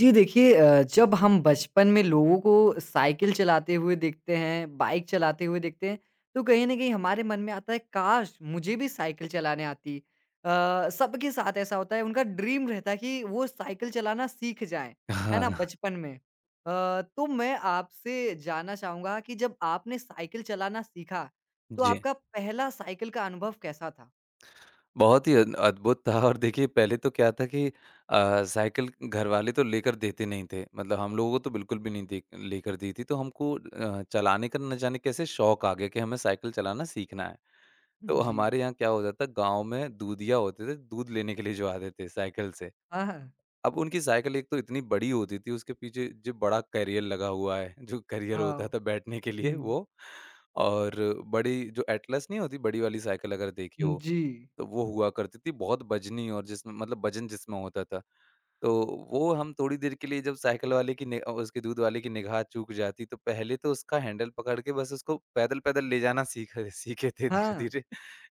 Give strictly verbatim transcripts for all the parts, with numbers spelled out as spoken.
जी देखिए अ, जब हम बचपन में लोगों को साइकिल चलाते हुए देखते हैं, बाइक चलाते हुए देखते हैं, तो कहीं न कहीं हमारे मन में आता है काश! मुझे भी साइकिल चलाने आती। अ, सबके साथ ऐसा होता है उनका ड्रीम रहता है कि वो साइकिल चलाना सीख जाएँ, है हाँ, ना? बचपन में। अ, तो मैं आपसे जानना चाहूँगा कि जब आपने साइकिल चलाना सीखा, तो जी। आपका पहला साइकिल का अनुभव कैसा था? बहुत ही अद अद्भुत था और देखिए पहले तो क्या था कि अ, साइकिल घरवाले तो लेकर देते नहीं थे। मतलब हम लोगों को तो बिल्कुल भी नहीं दे लेकर दी थी। तो हमको अ, चलाने का ना जाने कैसे शौक आ गया कि हमें साइकिल चलाना सीखना है। तो जी। हमारे यहाँ क्या होता था गाँव में दूधिया होते थे, दूध लेने के लिए जो आते थे साइकिल से। हाँ, हाँ। अब उनकी साइकिल एक तो इतनी बड़ी होती थी, उसके पीछे जो बड़ा कैरियर लगा हुआ है, जो कैरियर होता हाँ। था बैठने के लिए हुँ। वो और बड़ी जो एटलस नहीं होती बड़ी वाली साइकिल अगर देखी हो जी। तो वो हुआ करती थी, बहुत बजनी और जिसमें मतलब वज़न जिसमें होता था। तो वो हम थोड़ी देर के लिए जब साइकिल वाले की नि अ, उसके दूध वाले की निगाह चूक जाती, तो पहले तो उसका हैंडल पकड़ के बस उसको पैदल-पैदल ले जाना सीख सीखे थे हाँ। धीरे-धीरे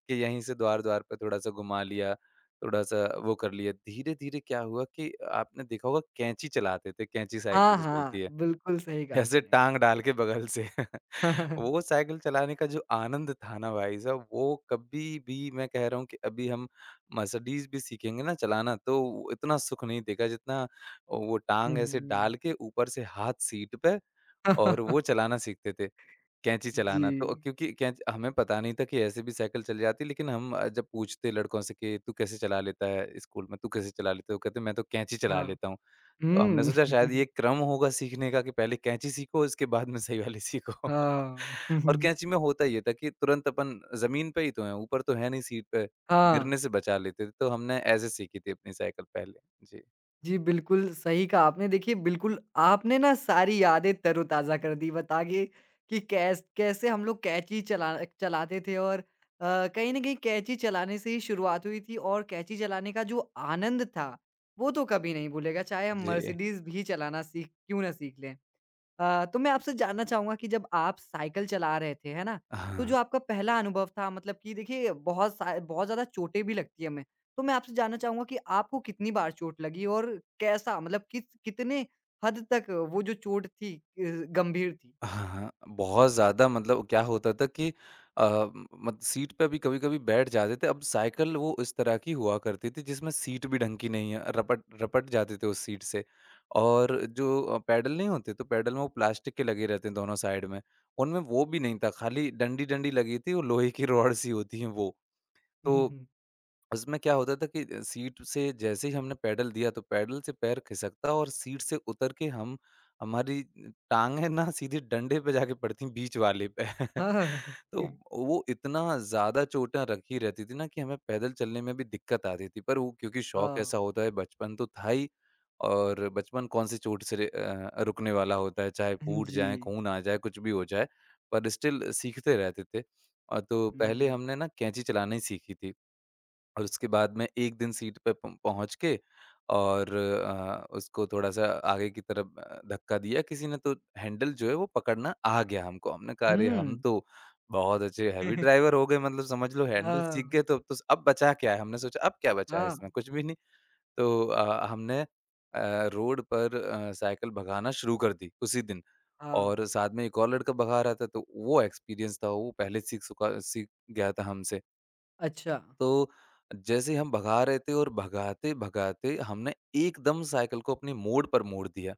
कि यहीं से द्वार-द्वार पे थोड़ा-सा घुमा लिया, थोड़ा-सा वो कर लिया। धीरे-धीरे क्या हुआ कि आपने देखा होगा कैंची चलाते थे, कैंची हाँ, साइकिल से हाँ, चलती है, बिल्कुल सही कहा ऐसे आपने। टाँग डाल के बगल से। वो साइकिल चलाने का जो आनंद था ना भाई साहब, वो कभी भी मैं कह रहा हूँ कि अभी हम मर्सिडीज़ भी सीखेंगे ना चलाना, तो वो इतना सुख नहीं देगा जितना वो टाँग ऐसे हुँ। डाल के ऊपर से हाथ सीट पे और वो चलाना सीखते थे, कैंची चलाना। तो जी, क्योंकि कैंच हमें पता नहीं था कि ऐसे भी साइकिल चल जाती है, लेकिन हम अ, जब पूछते लड़कों से कि तू कैसे चला लेता है स्कूल में, तू कैसे चला लेता है? वो कहते मैं तो कैंची चला हाँ। लेता हूँ। तो हुँ। हमने सोचा शायद ये क्रम होगा सीखने का कि पहले कैंची सीखो इसके बाद में सही वाली सीखो। हाँ। और कैंची में होता ये था कि तुरंत अपन ज़मीन पे ही तो हैं, ऊपर तो है नहीं सीट पे, हाँ। गिरने से बचा लेते थे, तो हमने ऐसे सीखी थी अपनी साइकिल पहले। जी, जी, बिल्कुल सही कहा आपने। देखिए बिल्कुल आपने ना सारी यादें तरोताज़ा कर दी बता के कि कैस कैसे हम लोग कैंची चला चलाते थे और अ, कहीं न कहीं कैंची चलाने से ही शुरुआत हुई थी और कैंची चलाने का जो आनंद था, वो तो कभी नहीं भूलेगा चाहे हम जी। मर्सिडीज़ भी चलाना सीख क्यों ना सीख लें। अ, तो मैं आपसे जानना चाहूँगा कि जब आप साइकिल चला रहे थे, है ना? तो हाँ। जो आपका पहला अनुभव था मतलब कि देखिए बहुत सा बहुत ज़्यादा चोटें भी लगती हैं हमें। तो मैं आपसे जानना चाहूँगा कि आपको कितनी बार चोट लगी और कैसा मतलब किस कितने हद तक वो जो चोट थी अ, गंभीर थी? हाँ, हाँ, बहुत ज़्यादा मतलब क्या होता था कि अ, मत सीट पे भी कभी-कभी बैठ जाते थे। अब साइकिल वो इस तरह की हुआ करती थी जिसमें सीट भी ढंग की नहीं है, रपट रपट जाते थे उस सीट से। और जो अ, पैडल नहीं होते, तो पैडल में वो प्लास्टिक के लगे रहते हैं दोनों साइड में, उनमें वो भी नहीं था, खाली डंडी-डंडी लगी थी और लोहे की रॉड सी होती हैं वो। तो हम्म, उसमें क्या होता था कि अ, सीट से जैसे ही हमने पैडल दिया तो पैडल से पैर खिसकता और सीट से उतर के हम हमारी टाँगें ना सीधे डंडे पे जाके पड़ती बीच वाले पे। हाँ। तो वो इतना ज़्यादा चोटें रखी रहती थी ना कि हमें पैदल चलने में भी दिक्कत आती थी। पर वो क्योंकि शौक हाँ। ऐसा होता है बचपन तो था ही और बचपन कौन सी चोट से रे अ, रुकने वाला होता है, चाहे फूट जी। जाए, खून आ जाए, कुछ भी हो जाए, पर स्टिल सीखते रहते थे। अ, तो पहले हुँ। हमने ना कैंची चलाना ही सीखी थी। और उसके बाद मैं एक दिन सीट पे पहुँ पहुँच के और अ, उसको थोड़ा-सा आगे की तरफ अ, धक्का दिया किसी ने तो हैंडल जो है वो पकड़ना आ गया हमको। हमने कहा अरे! हम हुँ। तो बहुत अच्छे हेवी ड्राइवर हो गए मतलब समझ लो हैंडल हाँ, सीख गए तो अब तो अब बचा क्या है? हमने सोचा अब क्या बचा है हाँ, इसमें? कुछ भी नहीं। तो अ, हमने अ, रोड पर अ, साइकिल भगाना शुरू कर दी उसी दिन हाँ। और साथ में एक और लड़का भगा रहा था तो वो एक्सपीरियंस था वो पहले सीख चुका सीख गया था हमसे। अच्छा। तो जैसे ही हम भगा रहे थे और भगाते-भगाते हमने एकदम साइकिल को अपने मोड़ पर मोड़ दिया।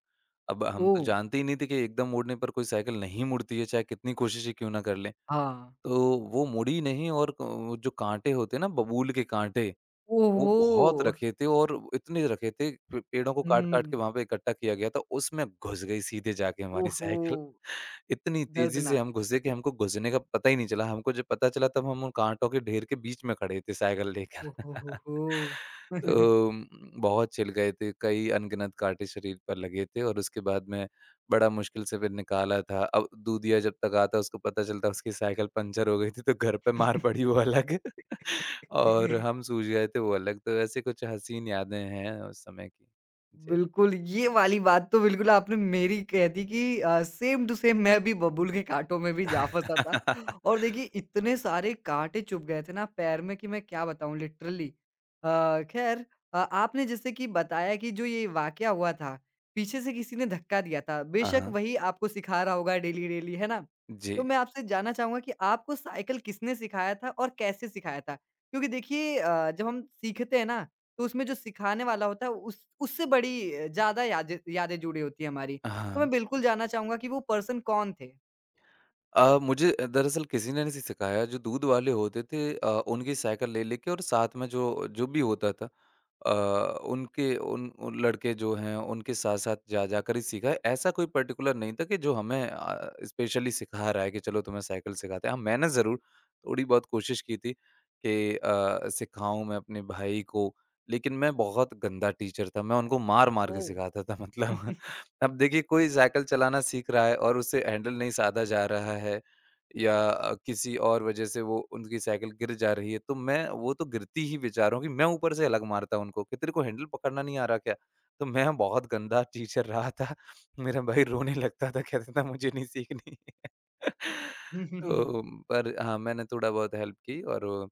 अब हम तो ओह! जानते ही नहीं थे कि एकदम मोड़ने पर कोई साइकिल नहीं मुड़ती है, चाहे कितनी कोशिशें क्यों ना कर लें। हाँ। तो वो मुड़ी नहीं और क वो जो काँटे होते हैं ना बबूल के काँटे, वो ओहो! बहुत रखे थे और इतने रखे थे, प पेड़ों को काट-काट के हुँ। वहाँ पे इकट्ठा किया गया था, उसमें घुस गई सीधे जाके हमारी ओहो! साइकिल। इतनी तेज़ी से दर्दनाक। हम घुसे कि हमको घुसने का पता ही नहीं चला। हमको जब पता चला तब हम उन काँटों के ढेर के बीच में खड़े थे साइकिल लेकर। ओहो हो हो! तो उम, बहुत छिल गए थे, कई अनगिनत काँटे शरीर पर लगे थे और उसके बाद में बड़ा मुश्किल से फिर निकाला था। अब दूधिया जब तक आता उसको पता चलता उसकी साइकिल पंचर हो गई थी तो घर पे मार पड़ी वो अलग और हम सूझ गए थे वो अलग। तो ऐसे कुछ हसीन यादें हैं उस समय की। जी। बिल्कुल, ये वाली बात तो बिल्कुल आपने मेरी कह दी कि अ, सेम टू सेम मैं भी बबूल के काँटों में भी जा फँसा था और देखिए इतने सारे काँटे चुभ गए थे ना पैर में कि मैं क्या बताऊँ लिटरली। अ, ख़ैर अ, आपने जैसे कि बताया कि जो ये वाक़या हुआ था, पीछे से किसी ने धक्का दिया था, हाँ, बेशक हाँ। वही आपको सिखा रहा होगा डेली-डेली, है ना? तो जी। मैं आपसे जानना चाहूँगा कि आपको साइकिल किसने सिखाया था और कैसे सिखाया था? क्योंकि देखिए अ, जब हम सीखते हैं ना तो उसमें जो सिखाने वाला होता है उस उससे बड़ी अ, ज़्यादा यादें यादें जुड़ी होती है हमारी। हाँ। तो मैं बिल्कुल जानना चाहूँगा कि वो पर्सन कौन थे? अ, मुझे अ, दरअसल किसी ने नहीं सिखाया जो दूध वाले होते थे अ, उनकी साइकिल ले लेके और साथ में जो जो भी होता था अ, उनके उन, उन लड़के जो हैं उनके साथ साथ जा जाकर ही सीखा है। ऐसा कोई पर्टिकुलर नहीं था कि जो हमें अ, स्पेशली सिखा रहा है कि चलो तुम्हें साइकिल सिखाते हैं हाँ मैंने ज़रूर थोड़ी बहुत कोशिश की थी कि अ, सिखाऊं मैं अपने भाई को लेकिन मैं बहुत गंदा टीचर था मैं उनको मार मार के ओह! सिखाता था मतलब अब देखिए कोई साइकिल चलाना सीख रहा है और उससे हैंडल नहीं साधा जा रहा है या अ, किसी और वजह से वो उनकी साइकिल गिर जा रही है तो मैं वो तो गिरती ही बेचारों की मैं ऊपर से अलग मारता हूँ उनको कि तेरे को हैंडल पकड़ना नहीं आ रहा क्या? तो मैं बहुत गंदा टीचर रहा था। मेरा भाई रोने लगता था कहता था मुझे नहीं सीखनी। तो पर हाँ, मैंने थोड़ा बहुत हेल्प की और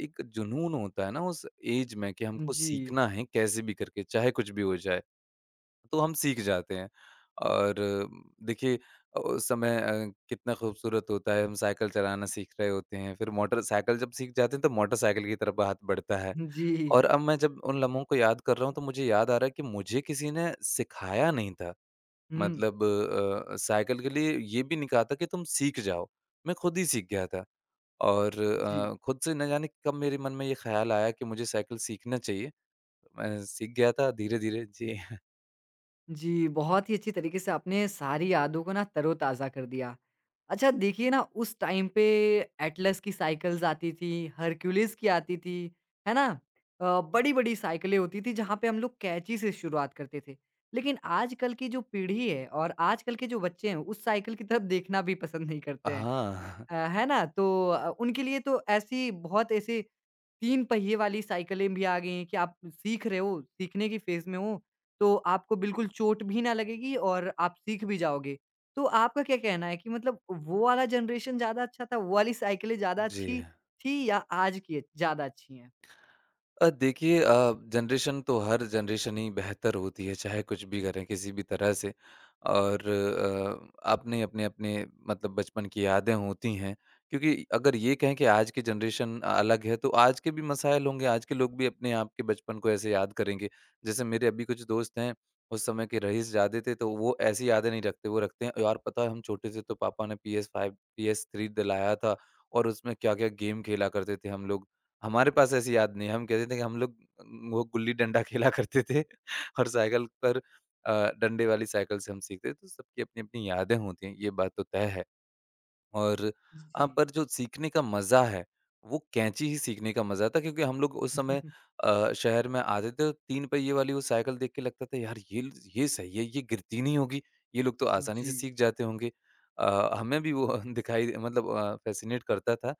एक जुनून होता है ना उस ऐज में कि हमको जी। सीखना है कैसे भी करके चाहे कुछ भी हो जाए। तो हम सीख जाते हैं। और देखिए अ, उस समय अ, कितना खूबसूरत होता है, हम साइकिल चलाना सीख रहे होते हैं, फिर मोटरसाइकिल जब सीख जाते हैं तो मोटरसाइकिल की तरफ हाथ बढ़ता है। जी। और अब मैं जब उन लम्हों को याद कर रहा हूँ तो मुझे याद आ रहा है कि मुझे किसी ने सिखाया नहीं था। हुँ। मतलब अ, साइकिल के लिए ये भी नहीं कहा था कि तुम सीख जाओ, मैं खुद ही सीख गया था। और जी। अ, खुद से न जाने कब मेरे मन में ये ख़्याल आया कि मुझे साइकिल सीखना चाहिए। तो मैं सीख गया था धीरे-धीरे। जी। जी, बहुत ही अच्छी तरीके से आपने सारी यादों को ना तरोताज़ा कर दिया। अच्छा देखिए ना उस टाइम पे एटलस की साइकिल्स आती थी, हरक्यूलिस की आती थी, है ना? अ, बड़ी-बड़ी साइकिलें होती थी जहाँ पे हम लोग कैंची से शुरुआत करते थे। लेकिन आजकल की जो पीढ़ी है और आजकल के जो बच्चे हैं उस साइकिल की तरफ देखना भी पसंद नहीं करते हैं। हाँ। अ, है ना? तो अ, उनके लिए तो ऐसी बहुत ऐसे तीन पहिए वाली साइकिलें भी आ गई हैं कि आप सीख रहे हो, सीखने की फ़ेज़ में हो, तो आपको बिल्कुल चोट भी ना लगेगी और आप सीख भी जाओगे। तो आपका क्या कहना है कि मतलब वो वाला जनरेशन ज़्यादा अच्छा था, वो वाली साइकिलें ज़्यादा जी। अच्छी थी या आज की ज़्यादा अच्छी हैं? अ, देखिए अ, जनरेशन तो हर जनरेशन ही बेहतर होती है, चाहे कुछ भी करें किसी भी तरह से और अ, अपने, अपने-अपने मतलब बचपन की यादें होती हैं क्योंकि अगर ये कहें कि आज की जनरेशन अ, अलग है, तो आज के भी मसाइल होंगे, आज के लोग भी अपने आप के बचपन को ऐसे याद करेंगे। जैसे मेरे अभी कुछ दोस्त हैं, उस समय के रईस ज़्यादा थे, तो वो ऐसी यादें नहीं रखते, वो रखते हैं, "यार पता है हम छोटे थे तो पापा ने P S पाँच, P S थ्री दिलाया था और उसमें क्या-क्या गेम खेला करते थे हम लोग।" हमारे पास ऐसी याद नहीं है, हम कहते थे कि हम लोग वो गुल्ली डंडा खेला करते थे और साइकिल पर अ, डंडे वाली साइकिल से हम सीखते थे, तो सबकी अपनी-अपनी यादें होती हैं, ये बात तो तय है। और अ, जी। पर जो सीखने का मज़ा है, वो कैंची ही सीखने का मज़ा था क्योंकि हम लोग उस समय अ, शहर में आते थे, तीन पहिए वाली वो साइकिल देख के लगता था यार ये ल ये सही है, ये गिरती नहीं होगी, ये लोग तो आसानी जी। से सीख जाते होंगे। अ, हमें भी वो दिखाई मतलब अ, फ़ैसिनेट करता था।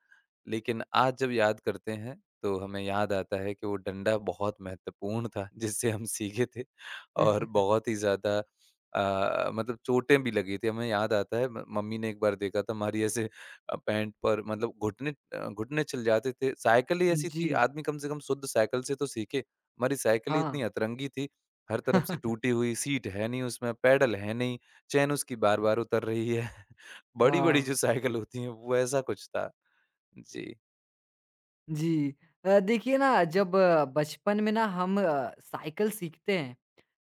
लेकिन आज जब याद करते हैं, तो हमें याद आता है कि वो डंडा बहुत महत्वपूर्ण था जिससे हम सीखे थे और बहुत ही ज़्यादा अ, मतलब चोटें भी लगी थी, हमें याद आता है म मम्मी ने एक बार देखा था हमारी ऐसे अ, पैंट पर मतलब घुटने अ, घुटने छिल जाते थे, साइकिल ही ऐसी जी। थी आदमी कम से कम शुद्ध साइकिल से तो सीखे, हमारी साइकिल ही हाँ। इतनी अतरंगी थी, हर तरफ से टूटी हुई, सीट है नहीं उसमें, पैडल है नहीं, चेन उसकी बार-बार उतर रही है, बड़ी-बड़ी जो हाँ। साइकिल होती हैं वो ऐसा कुछ था। जी। जी। अ, देखिए ना जब अ, बचपन में ना हम अ, साइकिल सीखते हैं,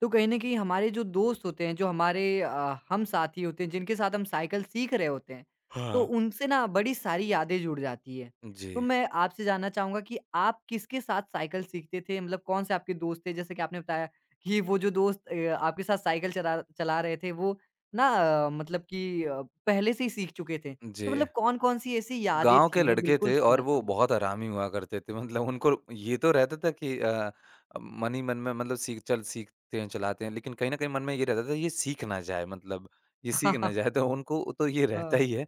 तो कहीं न कहीं हमारे जो दोस्त होते हैं, जो हमारे अ, हम साथी होते हैं, जिनके साथ हम साइकिल सीख रहे होते हैं, तो हाँ। उनसे ना बड़ी सारी यादें जुड़ जाती हैं। तो जी, मैं आपसे जानना चाहूँगा कि आप किसके साथ साइकिल सीखते थे? मतलब कौन से आपके दोस्त थे? जैसे कि आपने बताया कि वो जो दोस्त अ, आपके साथ साइकिल चला चला रहे थे, वो ना अ, मतलब कि अ, पहले से ही सीख चुके थे। जी। तो मतलब कौन-कौन सी ऐसी यादें गाँव थी? के मैं लड़के बिल्कुल थे और सुनना वो चाहूँगा। बहुत हरामी हुआ करते थे। मतलब उनको ये तो रहता था कि अ, मन ही मन में मतलब सीख चल सीखते हैं, चलाते हैं। लेकिन कहीं न कहीं मन में ये रहता था ये सीख ना जाए मतलब, ये सीख ना जाए हाँ, तो उनको तो ये रहता हाँ। ही है।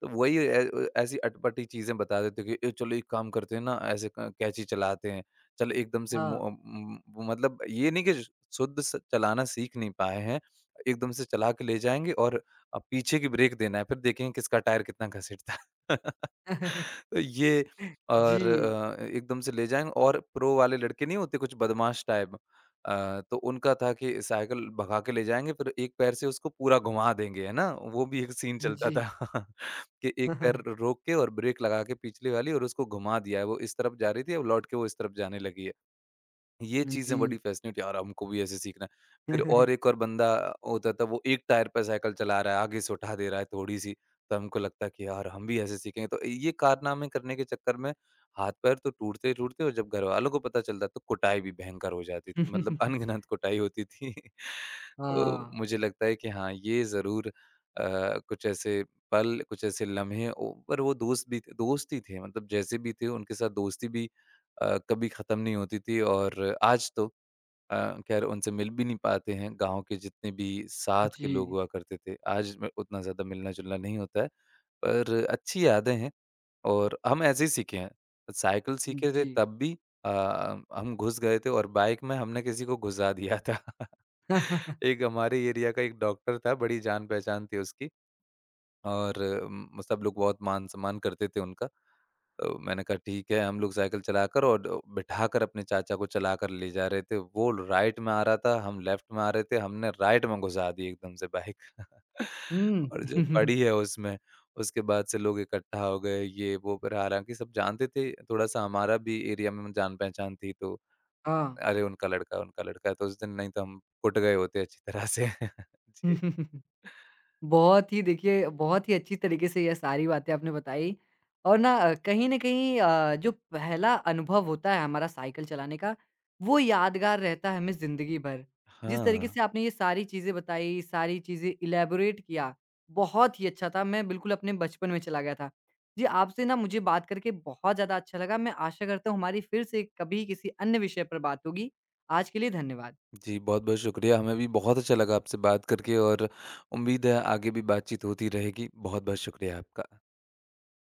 तो वही ए अ, ऐसी अटपटी चीज़ें बता देते कि ए चलो एक काम करते हैं ना ऐसे क कैंची चलाते हैं। चलो एकदम से मो हाँ, उम, मतलब ये नहीं कि शुद्ध स चलाना सीख नहीं पाए हैं। एकदम से चला के ले जाएँगे और अब पीछे की ब्रेक देना है, फिर देखेंगे किसका टायर कितना घसीटता है। ये और जी, अ, एकदम से ले जाएँगे और प्रो वाले लड़के नहीं होते कुछ बदमाश टाइप अ, तो उनका था कि साइकिल भगा के ले जाएँगे फिर एक पैर से उसको पूरा घुमा देंगे, है ना? वो भी एक सीन चलता था जी। कि एक पैर रोक के और ब्रेक लगा के पिछली वाली और उसको घुमा दिया है, वो इस तरफ जा रही थी अब लौट के वो इस तरफ जाने लगी है। ये जी। चीज़ें बड़ी फ़ैसिनेट यार हमको भी ऐसे सीखना है। फिर और एक और बंदा होता था वो एक टायर पे साइकिल चला रहा है, आगे से उठा दे रहा है थोड़ी-सी, तो हमको लगता है कि यार हम भी ऐसे सीखेंगे। तो ये कारनामे करने के चक्कर में हाथ-पैर तो टूटते ही टूटते और जब घरवालों को पता चलता तो कुटाई भी भयंकर हो जाती थी, मतलब अनगिनत कुटाई होती थी। तो हाँ, मुझे लगता है कि हाँ, ये ज़रूर अ, कुछ ऐसे पल, कुछ ऐसे लम्हे ओ पर वो दोस्त भी थे दोस्त ही थे मतलब जैसे भी थे उनके साथ दोस्ती भी अ, कभी ख़त्म नहीं होती थी और आज तो अ, ख़ैर उनसे मिल भी नहीं पाते हैं, गाँव के जितने भी साथ के लोग जी, हुआ करते थे, आज में उतना ज़्यादा मिलना-जुलना नहीं होता है, पर अच्छी यादें हैं और हम ऐसे ही सीखे हैं। साइकिल सीखे थे जी। तब भी अ, हम घुस गए थे और बाइक में हमने किसी को घुसा दिया था। एक हमारे एरिया का एक डॉक्टर था, बड़ी जान-पहचान थी उसकी और उम, सब लोग बहुत मान-सम्मान करते थे उनका। तो मैंने कहा ठीक है हम लोग साइकिल चलाकर और अ, बिठाकर अपने चाचा को चलाकर ले जा रहे थे। वो राइट में आ रहा था, हम लेफ्ट में आ रहे थे, हमने राइट में घुसा दी एकदम से बाइक। हुँ। और जो पड़ी है उसमें, उसके बाद से लोग इकट्ठा हो गए ये वो पर हालाँकि सब जानते थे, थोड़ा-सा हमारा भी एरिया में जान-पहचान थी तो हाँ। अरे उनका लड़का, उनका लड़का है तो उस दिन नहीं तो हम कुट गए होते अच्छी तरह से। जी। बहुत ही देखिए बहुत ही अच्छी तरीके से ये सारी बातें आपने बताई और ना अ, कहीं न कहीं अ, जो पहला अनुभव होता है हमारा साइकिल चलाने का, वो यादगार रहता है हमें ज़िंदगी भर। जिस तरीके हाँ। से आपने ये सारी चीज़ें बताई, सारी चीज़ें इलैबोरेट किया, बहुत ही अच्छा था। मैं बिल्कुल अपने बचपन में चला गया था। जी, आपसे ना मुझे बात करके बहुत ज़्यादा अच्छा लगा। मैं आशा करता हूँ हमारी फिर से कभी किसी अन्य विषय पर बात होगी। आज के लिए धन्यवाद। जी, बहुत-बहुत शुक्रिया। हमें भी बहुत अच्छा लगा आपसे बात करके और उम्मीद है आगे भी बातचीत होती रहेगी। बहुत-बहुत शुक्रिया आपका।